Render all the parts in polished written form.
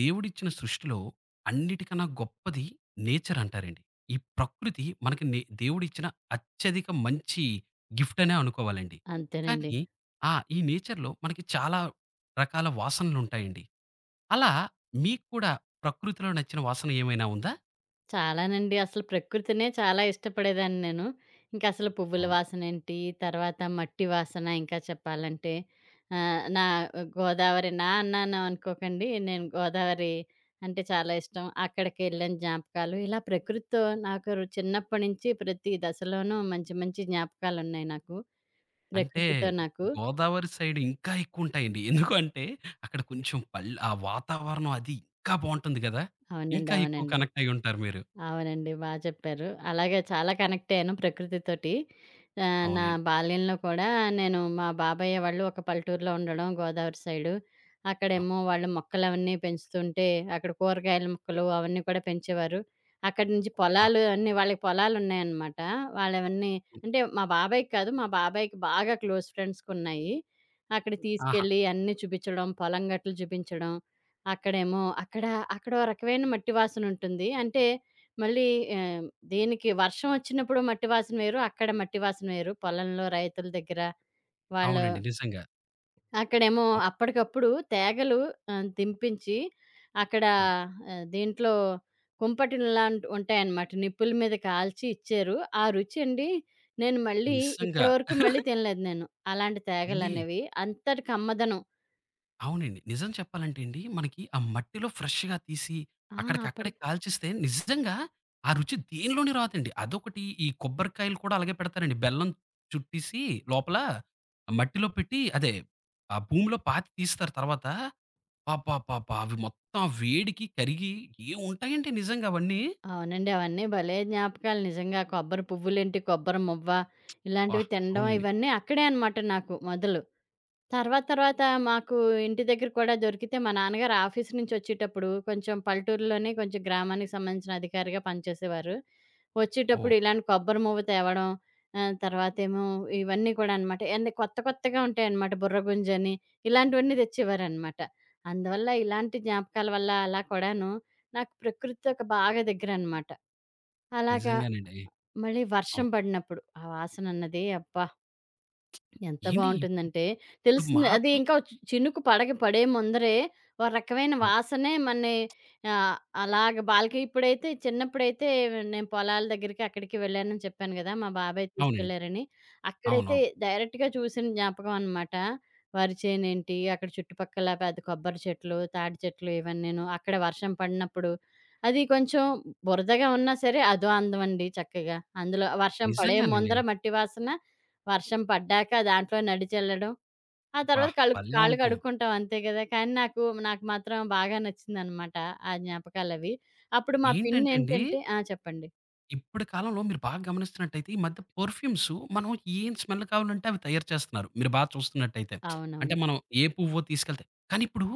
దేవుడిచ్చిన సృష్టిలో అన్నిటికన్నా గొప్పది నేచర్ అంటారండి. ఈ ప్రకృతి మనకి దేవుడిచ్చిన అత్యధిక మంచి గిఫ్ట్ అనే అనుకోవాలండి. అంతేనండి. కానీ ఈ నేచర్‌లో మనకి చాలా రకాల వాసనలుంటాయండి. అలా మీకు కూడా ప్రకృతిలో నచ్చిన వాసన ఏమైనా ఉందా? చాలానండి. అసలు ప్రకృతినే చాలా ఇష్టపడేదాన్ని నేను. ఇంక అసలు పువ్వుల అవును. వాసనేంటి, తర్వాత మట్టి వాసన ఇంకా చెప్పాలంటే నా గోదావరి నా అన్నాను అనుకోకండి. నేను గోదావరి అంటే చాలా ఇష్టం. అక్కడికెళ్ళిన జ్ఞాపకాలు ఇలా ప్రకృతితో నాకు చిన్నప్పటి నుంచి ప్రతి దశలోనూ మంచి మంచి జ్ఞాపకాలున్నాయి నాకు. అంటే ప్రకృతితో నాకు. గోదావరి సైడ్ ఇంకా ఎక్కువుంటాయండి. ఎందుకు అంటే అక్కడ కొంచెం ఆ వాతావరణం అది ఇంకా బావుంటుంది గదా! అవునండి. ఇంకా ఎక్కువ అవునండి. కనెక్ట్ అయ్యుంటారు మీరు. అవునండి. బా చెప్పారు. అలాగే చాలా కనెక్ట్ అయ్యాను ప్రకృతితోటి. నా అవునండి. బాల్యంలో కూడా నేను మా బాబయ్య వాళ్ళు ఒక పల్లెటూరులో ఉండడం గోదావరి సైడు. అక్కడేమో వాళ్ళు మొక్కలవన్నీ పెంచుతుంటే అక్కడ కూరగాయల మొక్కలు అవన్నీ కూడా పెంచేవారు. అక్కడి నుంచి అబ్బా! పొలాలు అన్నీ వాళ్ళకి పొలాలున్నాయనమాట. వాళ్ళవన్నీ అంటే మా బాబాయ్‌కి కాదు. మా బాబాయ్‌కి బాగా క్లోజ్ ఫ్రెండ్స్‌కున్నాయి. అక్కడికి ఆహా! తీసుకెళ్ళి అన్నీ చూపించడం, పొలం గట్లు చూపించడం. అక్కడేమో అక్కడ అక్కడో రకమైన మట్టి వాసనుంటుంది. అంటే మళ్ళీ ఆహ్, దీనికి వర్షం వచ్చినప్పుడు మట్టి వాసన వేరు. అక్కడ మట్టి వాసన వేరు. పొలంలో రైతుల దగ్గర వాళ్ళు అవునండి. నిజంగా. అక్కడేమో అవు అప్పటికప్పుడు తేగలు దింపించి అక్కడ అవును. దీంట్లో కుంపటిల్లాంటి ఉంటాయన్నమాట. నిప్పుల మీద కాల్చి ఇచ్చారు. ఆ రుచండి నేను మళ్ళీ ఇప్పటి నిజంగా. వరకు మళ్ళీ తినలేదు నేను. అలాంటి ఏండి, తేగలనేవి. అంతటి కమ్మదనం. అవునండి. నిజం చెప్పాలంటే అండి, మనకి ఆ మట్టిలో ఫ్రెష్‌గా తీసి, ఆ! అప్పటి అక్కడికక్కడే కాల్చిస్తే నిజంగా ఆ రుచి దేనిలోని రాదండి. అదొకటి, ఈ కొబ్బరికాయలు కూడా అలాగే పెడతారండి. బెల్లం చుట్టేసి లోపల ఆ మట్టిలో పెట్టి, అదే ఆ భూమిలో పాతి తీస్తారు తర్వాత. అబ్బబ్బబ్బా! అవి మొత్తం ఆ వేడికి కరిగి ఏం ఉంటాయండి నిజంగా అవన్నీ. అవునండి. అవన్నీ భలే జ్ఞాపకాలు నిజంగా. కొబ్బరి పువ్వులేంటి, కొబ్బరి మువ్వ అబ్బా! ఇలాంటివి తినడం అవునండి. ఇవన్నీ అక్కడే అనమాట నాకు మొదలు. తర్వాత తర్వాత మాకు ఇంటి దగ్గర కూడా దొరికితే మా నాన్నగారు ఆఫీస్ నుంచి వచ్చేటప్పుడు కొంచెం పల్లెటూరులోనే కొంచెం గ్రామానికి సంబంధించిన అధికారిగా పనిచేసేవారు. వచ్చేటప్పుడు ఓహ్! ఇలాంటి కొబ్బరి మువ్వ తేవడం, తర్వాతేమో ఇవన్నీ కూడా అనమాట. అన్ని కొత్త కొత్తగా ఉంటాయన్నమాట. బుర్రగుంజని ఇలాంటివన్నీ తెచ్చేవారనమాట. అందువల్ల ఇలాంటి జ్ఞాపకాల వల్ల అలా కూడాను నాకు ప్రకృతితో ఒక బాగా దగ్గరనమాట. అలాగా. నిజంగానండి. మళ్ళీ వర్షం అవును. పడినప్పుడు, ఆ వాసనన్నది అబ్బా! ఎంత ఏండి, బావుంటుందంటే, ఇప్పుడు తెలిసింది అది మాత్రం ఇంకా చినుకు పడగ పడే ముందరే ఒక రకమైన అవును. వాసనే మన్ని ఆహ్, అలాగ బాల్కి ఇప్పుడైతే చిన్నప్పుడైతే నేను పొలాల దగ్గరికి అక్కడికి వెళ్ళానని చెప్పాను గదా! మా బాబాయ్ అవునండి. తీసుకెళ్లారని. అక్కడైతే అవునవును. డైరెక్ట్‌గా చూసిన జ్ఞాపకం అనమాట. వరి చేనేంటి, అక్కడ చుట్టుపక్కల పెద్ద కొబ్బరి చెట్లు, తాటి చెట్లు ఇవన్నీను. అక్కడ వర్షం పడినప్పుడు అది కొంచెం బురదగా ఉన్నా సరే అదో అందం అండి చక్కగా. అందులో వర్షం పడే నిజంగానండి. ముందర మట్టి వాసన వర్షం పడ్డాక దాంట్లో నడిచెళ్ళడం. ఆ అబ్బా! తర్వాత కళ్ళు భలే కాళ్ళు ఉంటుంది. కడుక్కుంటాం అంతే గదా! కానీ నాకు నాకు మాత్రం బాగా నచ్చిందనమాట ఆ జ్ఞాపకాలవి. అప్పుడు మా ఏంటంటే అండి, పిన్నేంటంటే ఆ! చెప్పండి. ఇప్పటి కాలంలో మీరు బాగా గమనిస్తున్నట్టయితే, ఈ మధ్య పెర్ఫ్యూమ్స్ మనం ఏం స్మెల్ కావాలంటే అవి తయారు చేస్తున్నారు. మీరు బాగా చూస్తున్నట్టయితే. అంటే అవునవును. మనం ఏ పువ్వో తీసుకెళ్తే, కానీ ఇప్పుడు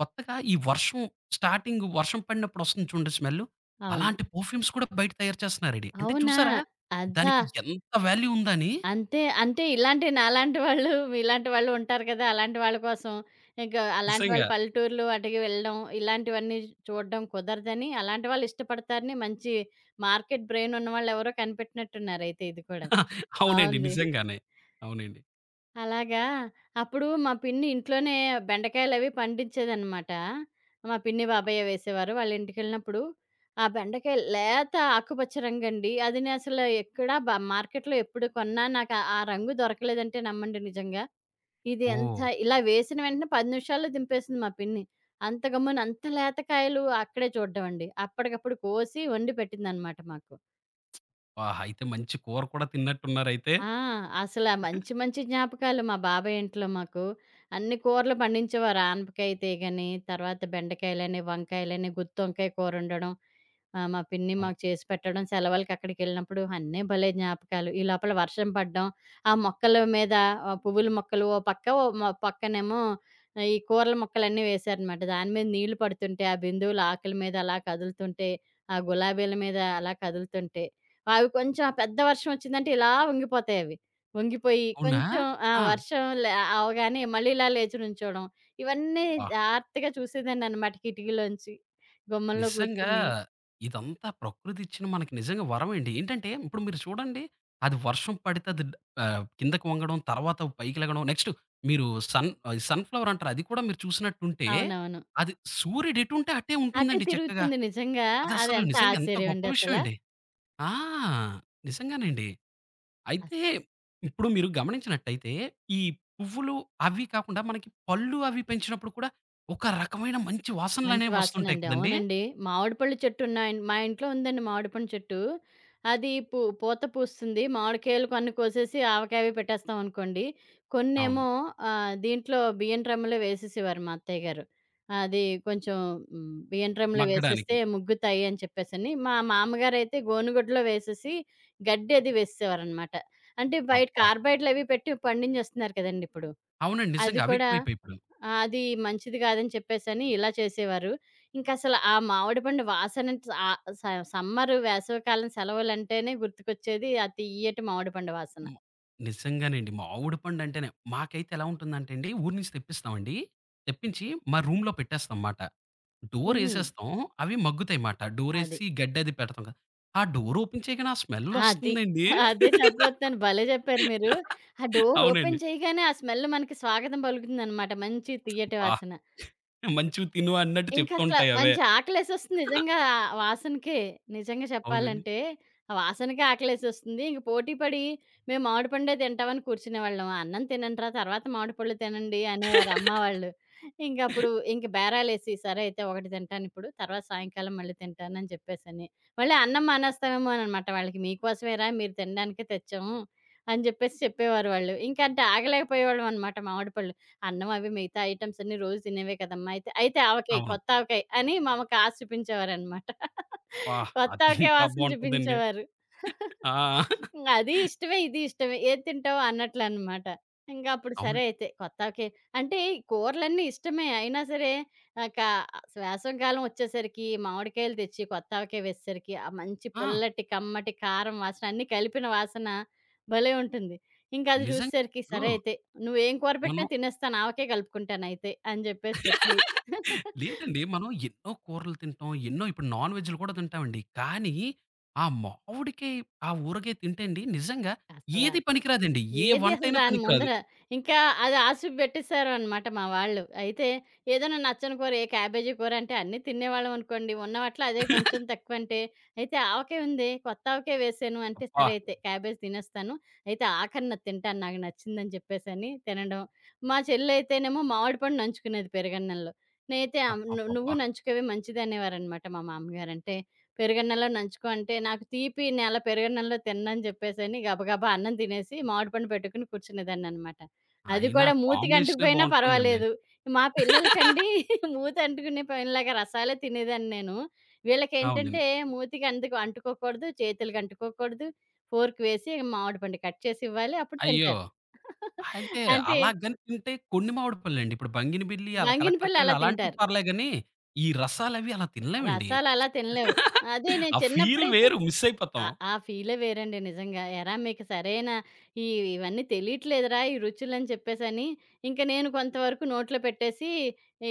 కొత్తగా ఈ వర్షం స్టార్టింగ్ వర్షం పడినప్పుడు వస్తుంది చూడండి స్మెల్. అవును. అలాంటి పెర్ఫ్యూమ్స్ కూడా బయట తయారు చేస్తున్నారండి. అంటే అవునా! చూసారా? అదా! దానికి ఎంత వాల్యూ ఉందని. అంతే. అంటే ఇలాంటి నాలాంటి వాళ్ళు మీలాంటి వాళ్ళు ఉంటారు కదా! అలాంటి వాళ్ళ కోసం ఇంకా అలాంటి వాళ్ళు నిజంగా. పల్లెటూర్లు అటుకి వెళ్ళడం, ఇలాంటివన్నీ చూడడం కుదరదని, అలాంటి వాళ్ళు ఇష్టపడతారని మంచి మార్కెట్ బ్రెయిన్ ఉన్నవాళ్ళెవరో కనిపెట్టినట్టున్నారయితే ఇది కూడా. అవునండి. బావుంది. నిజంగానే. అవునండి. అలాగా. అప్పుడు మా పిన్ని ఇంట్లోనే బెండకాయలవి పండించేదనమాట. మా పిన్ని, బాబయ్య వేసేవారు. వాళ్ళ ఇంటికెళ్ళినప్పుడు ఆ బెండకాయ లేత ఆకుపచ్చ రంగండి. అది నేనసలు ఎక్కడా మార్కెట్‌లో ఎప్పుడు కొన్నా నాకు ఆ ఆ రంగు దొరకలేదంటే నమ్మండి నిజంగా. ఇది ఎంత ఓహ్! ఇలా వేసిన వెంటనే 10 నిమిషాల్లో దింపేసింది మా పిన్ని. అంత గమ్మున అంత లేత కాయలు అక్కడే చూడ్డమండి. అప్పటికప్పుడు కోసి వండి పెట్టిందనమాట మాకు. అబ్బా! అయితే మంచి కూర కూడా తిన్నట్టున్నారైతే. ఆ! అసల మంచి మంచి జ్ఞాపకాలు మా బాబాయ్ ఇంట్లో మాకు. అన్ని కూరలు పండించేవారు. ఆనపకాయ తీగని, తర్వాత బెండకాయలని, వంకాయలని, గుత్తొంకాయ కూరొండడం. మా పిన్ని మాకు చేసి పెట్టడం. సెలవులకి అక్కడికెళ్ళినప్పుడు అన్నీ భలే జ్ఞాపకాలు. ఈ లోపల వర్షం పడ్డం. ఆ మొక్కల మీద పువ్వుల మొక్కలు ఓ పక్క, ఓ పక్కనేమో ఈ కూరల మొక్కలన్నీ వేశారనమాట. దాని మీద నీళ్లు పడుతుంటే, ఆ బిందువులు ఆకుల మీద అలా కదులుతుంటే, ఆ గులాబీల మీద అలా కదులుతుంటే అవి కొంచెం పెద్ద వర్షం వచ్చిందంటే ఇలా వంగిపోతాయవి. వంగిపోయి అవునా? కొంచెం ఆ! ఆ! వర్షం లే అవగానే మళ్ళీ ఇలా లేచి నుంచోవడం. ఇవన్నీ ఆ! జాగ్రత్తగా చూసేదాన్ననమాట కిటికీలోంచి. గుమ్మంలో నిజంగా కూర్చుని. ఇదంతా ప్రకృతి ఇచ్చిన మనకి నిజంగా వరమండి. ఏంటంటే ఇప్పుడు మీరు చూడండి, అది వర్షం పడితే అది కిందకి వంగడం, తర్వాత పైకి లెగడం. నెక్స్ట్ మీరు సన్‌ఫ్లవర్ అంటారు. అది కూడా మీరు చూసినట్టుంటే, అవునవును. అది సూర్యుడు ఎటుంటే అటే అటే ఉంటుందండి చక్కగా. తిరుగుతుంది నిజంగా. అది అదసలు ఎంత నిజంగా ఎంత ఆశ్చర్యం గొప్ప అండి విషయం అసల. అండి. ఆ! నిజంగానండి. అయితే ఇప్పుడు మీరు గమనించినట్టయితే, ఈ పువ్వులు అవి కాకుండా మనకి పళ్ళు అవి పెంచినప్పుడు కూడా ఒక రకమైన మంచి మంచి వాసనలనేవి వస్తుంటాయి వాసనండి. కదండీ! అవునండి. మామిడి పళ్ళు చెట్టు ఉన్న ఆయన- మా ఇంట్లో ఉందండి మామిడి పండు చెట్టు. అది పూత పూస్తుంది. మామిడికాయలు కొన్ని కోసేసి ఆవకాయ అవి పెట్టేస్తాం అనుకోండి. అవును. కొన్నేమో దీంట్లో బియ్యం డ్రమ్ములో వేసేసేవారు మా అత్తయ్య గారు. అది కొంచెం బియ్యం డ్రమ్ములో వేసేస్తే మగ్గడానికి. ముగ్గుతాయి అని చెప్పేసని. మా మామగారైతే గోనుగుడ్డలో వేసేసి గడ్డి అది వేసేసేవారనమాట. అంటే బయట అబ్బా! కార్బైడ్‌లు అవి పెట్టి పండించేస్తున్నారు కదండీ ఇప్పుడు. అవునండి. అది నిజంగా అవి కూడా ఎక్కువైపోయాయి ఇప్పుడు. ఆ! అది మంచిది కాదని చెప్పేసని ఇలా చేసేవారు. ఇంకసల ఆ మామిడి పండు వాసన ఆహ్, స సమ్మరు, వేసవికాలం సెలవులంటేనే గుర్తుకొచ్చేది ఆ తియ్యటి మామిడి పండు వాసన. మ నిజంగానండి. మామిడి పండంటేనే మాకైతే ఎలా ఉంటుందంటే అండి, ఊరు నుంచి తెప్పిస్తామండి. తెప్పించి మా రూమ్‌లో పెట్టేస్తాంమాట. హుహు. డోరేసేస్తాం. అవి మగ్గుతాయిమాట. అది. డోరేసి గడ్డది పెడతాం కదా! ఆ డోర్ ఓపెన్ చేయగానే ఆ స్మెల్ అది. వస్తుందండి. అదే చెప్పబోతున్నాను. భలే చెప్పారు మీరు. ఆ డోర్ అవునండి. ఓపెన్ చేయగానే ఆ స్మెల్ మనకి స్వాగతం పలుకుతుందనమాట. మంచి తియ్యటి అబ్బా! వాసన. మంచివి తిను అన్నట్టు ఇంకసల చెప్తుంటాయి అవే. మంచి ఆకలేసేస్తుంది నిజంగా ఆ వాసనకే. నిజంగా అవునండి. చెప్పాలంటే, ఆ వాసనకే ఆకలేసేస్తుంది. ఇంక పోటీ పడి మేము మామిడి పండే తింటామని కూర్చునేవాళ్ళం. "అన్నం తినండ్రా, తర్వాత మామిడి పళ్ళు తినండి" అనేవారు అమ్మ వాళ్ళు. ఇంకప్పుడు ఇంక బేరాలేసి, "సరే అయితే ఒకటి తింటానిప్పుడు, తర్వాత సాయంకాలం మళ్ళీ తింటాను" అని చెప్పేసని. మళ్ళీ అన్నం మానేస్తామేమో అని అనమాట వాళ్ళకి. "మీకోసమేరా, మీరు తినడానికే తెచ్చాము" అని చెప్పేసి చెప్పేవారు వాళ్ళు. ఇంకంటే ఆగలేకపోయేవాళ్ళమనమాట మామిడి పళ్ళు. అన్నం అవి మిగతా ఐటెమ్స్ అన్నీ రోజు తినేవే కదమ్మా! అయితే ఆవకాయ, అవును. కొత్త ఆవకాయ అని మా అమ్మకి ఆశ చూపించేవారనమాట. అబ్బా! కొత్త అది ఆవకాయ ఇంకా వాసన బావుంటదండి. చూపించేవారు. ఆ! అది ఇష్టమే, ఇది ఇష్టమే. ఏది తింటావు అన్నట్లనమాట. ఇంక అప్పుడు సరే అవునండి. అయితే కొత్త ఆవకాయ అంటే ఈ కూరలన్నీ ఇష్టమే. అయినా సరే ఆహ్, కా వేసవికాలం వచ్చేసరికి మామిడికాయలు తెచ్చి కొత్త ఆవకాయ వేసేసరికి ఆ మంచి ఆ! పుల్లటి, కమ్మటి, కారం వాసన అన్నీ కలిపిన వాసన భలే ఉంటుంది. ఇంకది నిజంగా జూసేసరికి సరే ఇప్పుడు అయితే, నువ్వేం కూర పెట్టినా మనం, తినేస్తాను ఆవకే కలుపుకుంటానయితే అని జెప్పేసి చెప్పి లేదండి. మనం ఎన్నో కూరలు తింటాం. ఎన్నో ఇప్పుడు నాన్ వెజ్‌లు కూడా తింటామండి. కానీ ఆ మామిడికాయ, ఆ ఊరగాయ తింటే అండి నిజంగా అసల ఏది పనికిరాదండి. ఏ ఏది అసలు వంటైనా దాని పనికిరాదు. ముందర. ఇంకా అది ఆసుపు పెట్టేసారు అనమాట మా వాళ్ళు. అయితే ఏదైనా నచ్చని కూర, ఏ క్యాబేజీ కూర అంటే అన్నీ తినేవాళ్ళం అనుకోండి. ఉన్న వాటిలో అదే కొంచెం తక్కువంటే, అయితే ఆవకాయ ఉంది, కొత్త ఆవకాయ వేసాను అంటే, అబ్బా! సరే అయితే క్యాబేజీ తినేస్తాను. అయితే ఆఖరినది తింటాను నాకు నచ్చిందని చెప్పేసని తినడం. మా చెల్లయితేనేమో మామిడి పండు నంచుకునేది పెరుగన్నంలో. నేనైతే ఆమ్ ను నువ్వు అబ్బబ్బబ్బా! నంచుకోవే మంచిదనేవారనమాట మా మామగారు. అంటే పెరుగన్నంలో నంచుకో అంటే, నాకు తీపి నేల పెరుగన్నంలో తిననని జెప్పేసని గబగబా అన్నం తినేసి, మామిడి పండు పెట్టుకొని కూర్చునేదాన్ననమాట. అది అయినా కూడా కాంబినేషనే మూతికంటుకుపోయినా బావుంటుందండి. పర్వాలేదు. మా పిల్లలకండి మూతంటుకునే పనిలాగా రసాలే తినేదాన్ని నేను. వీళ్ళకేంటంటే అవునండి. మూతికి అందుకు అంటుకోకూడదు, చేతులకంటుకోకూడదు. ఫోర్క్ వేసి మామిడి పండు కట్ చేసివ్వాలి. అప్పుడు అయ్యో! తింటారు. అంటే అంటే అలాగని తింటే కొన్ని మామిడి పళ్ళండి. ఇప్పుడు బంగిని బిల్లి, అలా కలెక్టర్ దంగినపల్లి కాయలు అలా అలాంటివి తింటారు. పర్లే గానీ, ఈ రసాలవి అలా తినలేమండి. రసాలలా తినలేవు. అదే నేను ఆ ఫీల్ చిన్నప్పుడైతే వేరు, మిస్ ఆ! అయిపోతాం. ఆ ఫీలే వేరండి నిజంగా. "ఏరా మీకు సరైన ఈ ఇవన్నీ తెలియట్లేదురా ఈ రుచులని" చెప్పేసని, ఇంక నేను కొంతవరకు నోట్లో పెట్టేసి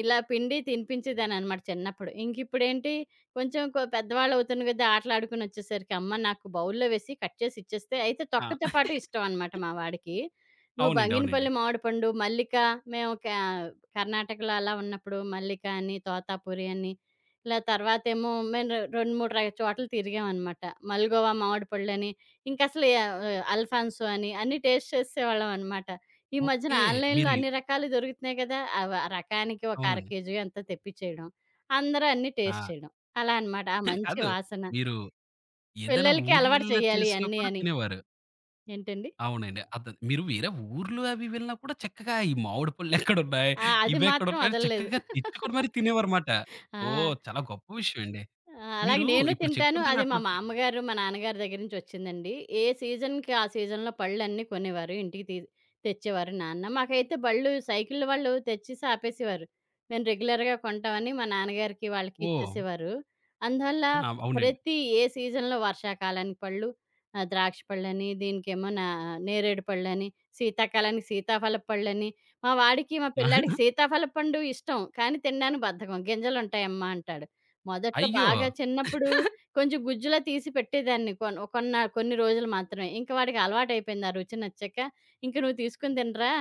ఇలా పిండి తినిపించేదాన్ననమాట చిన్నప్పుడు. ఇంకిప్పుడేంటి కొంచెం పెద్దవాళ్ళవుతున్న కొద్దీ ఆటలాడుకొనొచ్చేసరికి, "అమ్మ నాకు బౌల్‌లో వేసి కట్ చేసి ఇచ్చేస్తే" అయితే తొక్కతో ఆ! పాటు ఇష్టం అనమాట మా వాడికి. "నువ్వు అవునండి. అవునండి. బంగినపల్లి మామిడి పండు, మల్లిక" మేము కా కర్ణాటకలో అలా ఉన్నప్పుడు మల్లిక అని, తోతాపురి అని ఇలా తర్వాతేమో మేము 2, 3 రై చోట్ల తిరిగామనమాట. మల్గోవా మామిడి పళ్ళని, ఇంకసలు అల్ఫాన్సో అని అన్నీ టేస్ట్ చేసేసేవాళ్ళమనమాట. ఈ మధ్యన ఓకే. ఆన్‌లైన్‌లో మీరు అన్ని రకాలు దొరుకుతున్నాయి గదా! అవి ఆ రకానికి ఒక అర అవునండి. కేజీయో ఎంతో తెప్పిచ్చేయడం. అందరూ అన్నీ ఆ! టేస్ట్ చేయడం. అలా అనమాట. ఆ మంచి కాదు. వాసన. మీరు ఏదైనా పిల్లలకి అలవాటు ఊర్లెళ్ళినా చేయాలి చేసినా ఇయన్నీ కూడా అని. తినేవారు. ఏంటండి? అవునండి. అద మీరు వేరే ఊర్లు అవి వెళ్ళినా కూడా చక్కగా ఈ మామిడి పళ్ళెక్కడున్నాయి, ఆ! అది మాత్రం ఇవెక్కడున్నాయని వదలలేదు. చక్కగా తెచ్చుకొని మరి తినేవారుమాట. ఓహ్! ఆ! చాలా గొప్ప విషయం అండి. ఆ! అలాగే మీరు నేను ఇప్పుడు తింటాను. చెప్తుంటే అది మా నాకోటి మామ్మగారు, మా నాన్నగారి దగ్గర నుంచి వచ్చిందండి. ఏ సీజన్‌కి ఆ సీజన్‌లో పళ్ళన్నీ కొనేవారు. ఇంటికి తెచ్చేవారు నాన్న. మాకైతే బళ్ళు సైకిల్ వాళ్ళు తెచ్చేసి ఆపేసేవారు. మేము రెగ్యులర్‌గా కొంటామని మా నాన్నగారికి వాళ్ళకి ఓహ్! ఇచ్చేసేవారు. అందువల్ల ఆ! అవునండి. ప్రతి ఏ సీజన్‌లో వర్షాకాలానికి పళ్ళు, ద్రాక్ష పళ్ళని, దీనికేమో నేరేడు పళ్ళని, శీతాకాలానికి సీతాఫల పళ్ళని. మా వాడికి, మా పిల్లాడికి సీతాఫల పండు ఇష్టం. కానీ తినడానికి బద్ధకం. గింజలుంటాయమ్మా అంటాడు. మొదట్లో అయ్యో! బాగా చిన్నప్పుడు కొంచెం గుజ్జులా తీసి పెట్టేదాన్ని. కొన్ని రోజులు మాత్రమే. ఇంక వాడికి అలవాటయిపోయింది. ఆ రుచి నచ్చాక, ఇంక నువ్వు తీసుకొని తినరా,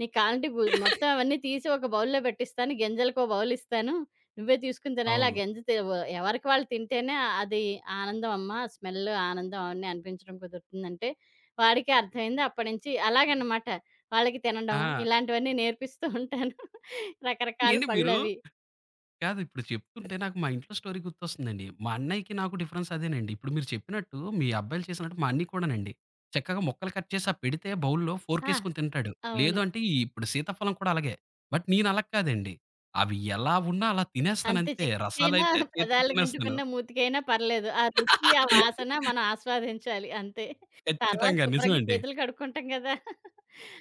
నీకు కావాలంటే మొత్తం అవన్నీ తీసి ఒక బౌల్‌లో పెట్టిస్తాను. గింజలకో బౌల్ ఇస్తాను. నువ్వే తీసుకొని తినాలి. ఆ అవును. గింజ తి వ ఎవరికి వాళ్ళు తింటేనే ఆ- అది ఆనందం అమ్మ. స్మెల్ ఆనందం అవన్నీ అనిపించడం కుదురుతుందంటే, వాడికే అర్థమైంది. అప్పటినుంచి అలాగనమాట. వాళ్ళకి తినడం ఆ! ఇలాంటివన్నీ నేర్పిస్తూ ఉంటాను. రకరకాల ఏండి మీరు, పళ్ళవి. కాదు, ఇప్పుడు చెప్తుంటే నాకు మా ఇంట్లో స్టోరీ గుర్తొస్తుందండి. మా అన్నయ్యకి నాకు డిఫరెన్స్ అదేనండి. ఇప్పుడు మీరు చెప్పినట్టు మీ అబ్బాయిలు చేసినట్టు మా అన్నయ్య కూడానండి. చక్కగా ముక్కలు కట్ చేసి ఆ పెడితే బౌల్‌లో ఆ! ఫోర్కేసుకొని తింటాడు. లేదు అవును. అంటే, ఈ ఇప్పుడు సీతాఫలం కూడా అలాగే. బట్ నేను అలా కాదండి. అవి ఎలా ఉన్నా అలా అంతే తినేస్తానంతే. చెవికైనా, రసాలైతే చేత్తో తినేస్తాను. పెదాలకంటుకున్నా, మూతికైనా పర్లేదు. ఆ రుచి, ఆ వాసన మనం ఆస్వాదించాలి అంతే. తర్వాత ఖచ్చితంగా. శుభ్రంగా నిజమండి. చేతులు కడుక్కుంటాం కదా!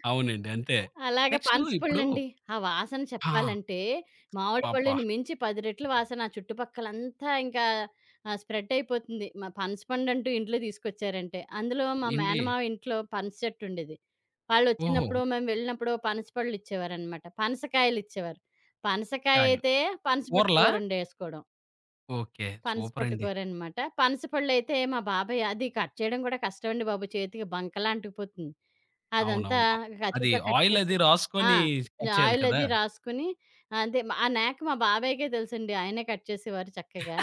అవునండి. అంతే. అలాగే నెక్స్టు ఇప్పుడు పనసపళ్ళండి. ఆ వాసన ఆ! చెప్పాలంటే, మామిడి అబ్బబ్బా! పళ్ళుని మించి 10 రెట్లు వాసన. ఆ చుట్టుపక్కలంతా ఇంకా స్ప్రెడ్ అయిపోతుంది. మా పనసపండంటూ ఇంట్లో తీసుకొచ్చారంటే. అందులో మా ఏండి మేనమామ ఇంట్లో పనస చెట్టు ఉండేది. ఓహో! వాళ్ళొచ్చినప్పుడో, మేము వెళ్ళినప్పుడో పనసపళ్ళు ఇచ్చేవారనమాట. పనసకాయలిచ్చేవారు. పనసకాయ కాయలు. అయితే పనసపొట్టు ఊరలా? కూర వండేసుకోవడం. ఓకే. పనస పట్టు సూపరండి. కూరనమాట. పనస పళ్ళైతే మా బాబాయ్ అది కట్ చేయడం కూడా కష్టమండి బాబు. చేతికి బంకలా అంటుకుపోతుంది. అదంతా అవునవును. అ అది కత్తితో కట్ చేసి ఆయిలది ఆ! రాసుకొని కట్ చేయాలి ఆయిల్ కదా! అది రాసుకుని అదే ఆ నేక మా బాబాయ్‌కే తెలుసండి. ఆయనే కట్ చేసేవారు చక్కగా.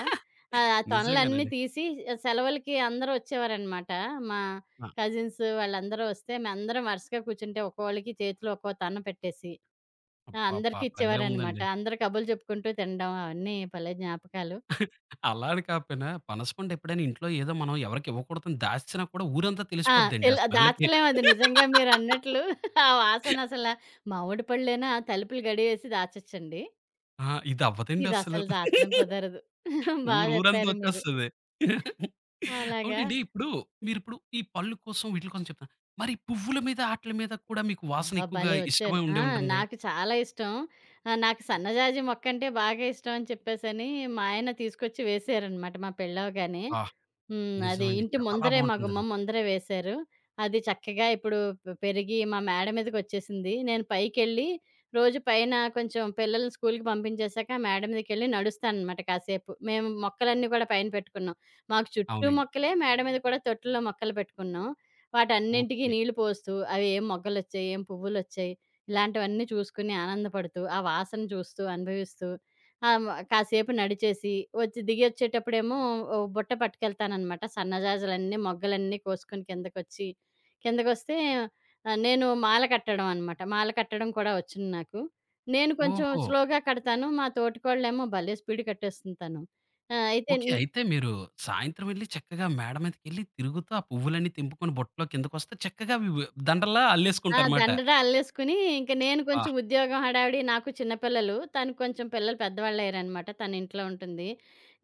ఆ ఆ తొనలన్నీ నిజంగానండి. తీసి సెలవులకి అందరూ వచ్చేవారనమాట. మా ఆ! కజిన్స్ వాళ్ళందరూ వస్తే మేమందరం వరుసగా కూర్చుంటే ఒక్కోళ్ళకి చేతిలో ఒక్కో తొన పెట్టేసి ఆ! అబ్బబ్బా! అందరికీ భలే ఇచ్చేవారనమాట. ఉందండి. అందరూ కబుర్లు చెప్పుకుంటూ తినడం అవన్నీ భలే జ్ఞాపకాలు. అలా అని కాకపోయినా పనస పండు ఎప్పుడైనా ఇంట్లో ఏదో మనం ఎవరికీ ఇవ్వకూడదని దాచినా కూడా ఊరంతా ఆ! తెలిసిపోద్దండి ఆ స్మెల్‌కి. దాచలేం అది నిజంగా మీరన్నట్లు. ఆ వాసన అసల మామిడి పళ్ళైనా తలుపులు గడియేసి దాచొచ్చండి. ఆ! ఇది అవ్వదండి అస్సలు. ఇదసలు దాచడం కుదరదు. బా ఊరు ఊరంతా చెప్పారు మీరు. వచ్చేస్తది. అలాగా? అవునండి. ఇప్పుడు మీరిప్పుడు ఈ పళ్ళు కోసం వీటిల కోసం చెప్తున్నారు. మరి పువ్వుల మీద ఆటిల మీద కూడా మీకు వాసన అబ్బా! ఎక్కువగా భలే వచ్చారు. ఇష్టమై ఆ! ఉండే ఉంటుంది. నాకు చాలా ఇష్టం. నాకు సన్నజాజి మొక్కంటే బాగా ఇష్టం అని చెప్పేసని మా ఆయన తీసుకొచ్చి వేసారనమాట మా పెళ్ళవ్వగానే. ఆ! అది నిజమండి. ఇంటి చాలా ముందరే మా బావుంటుందది. గుమ్మం ముందరే వేశారు. అది చక్కగా ఇప్పుడు పెరిగి మా మేడ మీదకొచ్చేసింది. నేను పైకెళ్ళి రోజు పైన కొంచెం పిల్లల్ని స్కూలుకి పంపించేశాక మేడ మీదకెళ్ళి నడుస్తాననమాట కాసేపు. మేము మొక్కలన్నీ కూడా పైన పెట్టుకున్నాం. మాకు చుట్టూ అవునండి. మొక్కలే, మేడ మీద కూడా తొట్టులో మొక్కలు పెట్టుకున్నాం. వాటన్నింటికి ఓకే. నీళ్లు పోస్తూ అవి ఏం మొగ్గలొచ్చాయి, ఏం పువ్వులొచ్చాయి ఇలాంటివన్నీ చూసుకుని ఆనందపడుతూ, ఆ వాసన చూస్తూ, అనుభవిస్తూ ఆ! మ కాసేపు నడిచేసి, వచ్చి దిగొచ్చేటప్పుడేమో ఓ బుట్ట పట్టుకెళ్తాననమాట. సన్నజాజులన్నీ, మొగ్గలన్నీ కోసుకొని కిందకొచ్చి, కిందకొస్తే నేను మాల కట్టడం అనమాట. మాల కట్టడం కూడా వచ్చును నాకు. నేను కొంచెం ఓహో! స్లోగా కడతాను. మా తోటికోడలేమో భలే స్పీడ్ కట్టేస్తుంది తను. అయితే ఓకే. అయితే మీరు సాయంత్రం వెళ్లి చక్కగా మేడ మీదకెళ్లి తిరుగుతూ ఆ పువ్వులన్నీ తెంపుకొని బుట్టలో కిందకొస్తే చక్కగా అవి దండల్లా ఆ! అల్లేసుకుంటారుమాట. దండగా అల్లేసుకొని, ఇంక నేను ఆ! కొంచెం ఉద్యోగం హడావిడి, నాకు చిన్న పిల్లలు. తను కొంచెం పిల్లలు పెద్దవాళ్ళయ్యారనమాట. తను ఇంట్లో ఉంటుంది.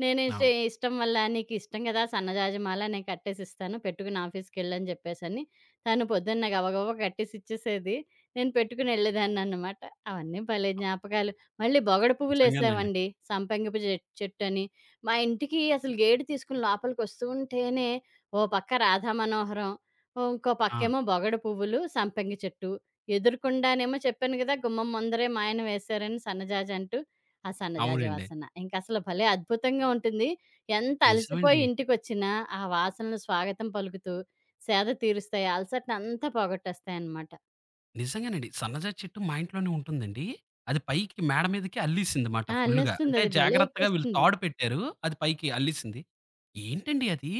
నేనేసి అవును. ఇష్టం వల్ల, "నీకిష్టం గదా! సన్నజాజి మాల నేను కట్టేసిస్తాను. పెట్టుకుని ఆఫీస్‌కెళ్ళని" జెప్పేసని, తను పొద్దున్న గబగబా కట్టేసిచ్చేసేది. నేను పెట్టుకునెళ్ళేదాన్ననమాట. అవన్నీ భలే అవ్ జ్ఞాపకాలు. మళ్ళీ బొగడ నిజంగానండి. పువ్వులేసావండి. సంపంగిపు జె చెట్టని. మా ఇంటికి అసలు గేటు తీసుకొని లోపలికొస్తూ ఉంటేనే, ఓ పక్క రాధా మనోహరం, ఇంకో ఆ! పక్కేమో బొగడ పువ్వులు, సంపంగి చెట్టు. ఎదురుగుండానేమో చెప్పాను గదా! గుమ్మం ముందరే మా ఆయన వేశారని సన్నజాజి అంటూ, ఆ సన్నజాజి అవునండి. వాసన. ఇంకసలు భలే అద్భుతంగా ఉంటుంది. ఎంత అలసిపోయి నిజమండి. ఇంటికొచ్చినా ఆ వాసనలు స్వాగతం పలుకుతూ సేద తీరుస్తాయి. అలసటనంతా పోగొట్టేస్తాయనమాట. నిజంగానండి. సన్నజాజి చెట్టు మా ఇంట్లోనే ఉంటుందండి. అది పైకి మేడ మీదకి అల్లేసిందిమాట ఆ! ఫుల్లుగా. అంటే అల్లేస్తుందది. భలే జాగ్రత్తగా వీళ్ళు ఎక్కేస్తుంది. తాడు పెట్టారు. అది పైకి అల్లేసింది. ఏంటండి అది?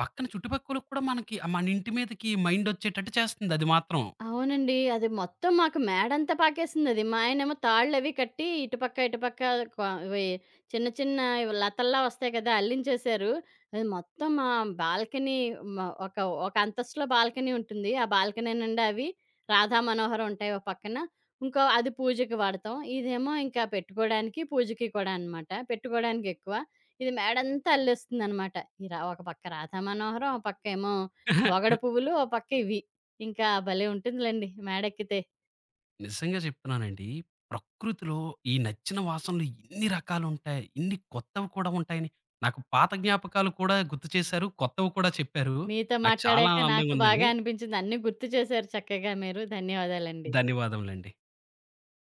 పక్కన చుట్టుపక్కలోకి కూడా మనకి మన ఇంటి మీదకి మైండొచ్చేటట్టు చేస్తుంది అది మాత్రం. అవునండి. అది మొత్తం మాకు మేడంతా పాకేసిందది. మా ఆయనేమో తాళ్ళవి కట్టి ఇటుపక్క, ఇటుపక్క క్వ ఇవి చిన్న చిన్న ఇవి లతల్లా వస్తాయి కదా! అల్లించేశారు. అది మొత్తం మా బాల్కనీ మ ఒక, ఒక అంతస్తులో బాల్కనీ ఉంటుంది. ఆ బాల్కనీ నిండా అవి రాధా మనోహరం ఉంటాయి ఓ పక్కన. ఇంకో అది పూజకి వాడతాం. ఇదేమో ఇంకా పెట్టుకోడానికి, పూజకి కూడా అనమాట. పెట్టుకోడానికెక్కువ. ఇది మేడంతా అల్లేస్తుందనమాట. ఈ ర ఒక పక్క రాధా మనోహరం, ఓ పక్కేమో అహా! బొగడ పువ్వులు, ఓ పక్క ఇవి. ఇంకా భలే ఉంటుందిలెండి మేడెక్కితే. నిజంగా చెప్తున్నానండి. ప్రకృతిలో ఈ నచ్చిన వాసనలు ఇన్ని రకాలుంటాయి. ఇన్ని కొత్తవి కూడా ఉంటాయని నాకు పాత జ్ఞాపకాలు కూడా గుర్తు చేశారు. కొత్తవి కూడా చెప్పారు. మీతో నాకు చాలా మాట్లాడాక నాకు ఆనందంగా బాగా ఉందండి. అనిపించింది. అన్నీ గుర్తు చేశారు చక్కగా మీరు. ధన్యవాదాలండి. ధన్యవాదములండి.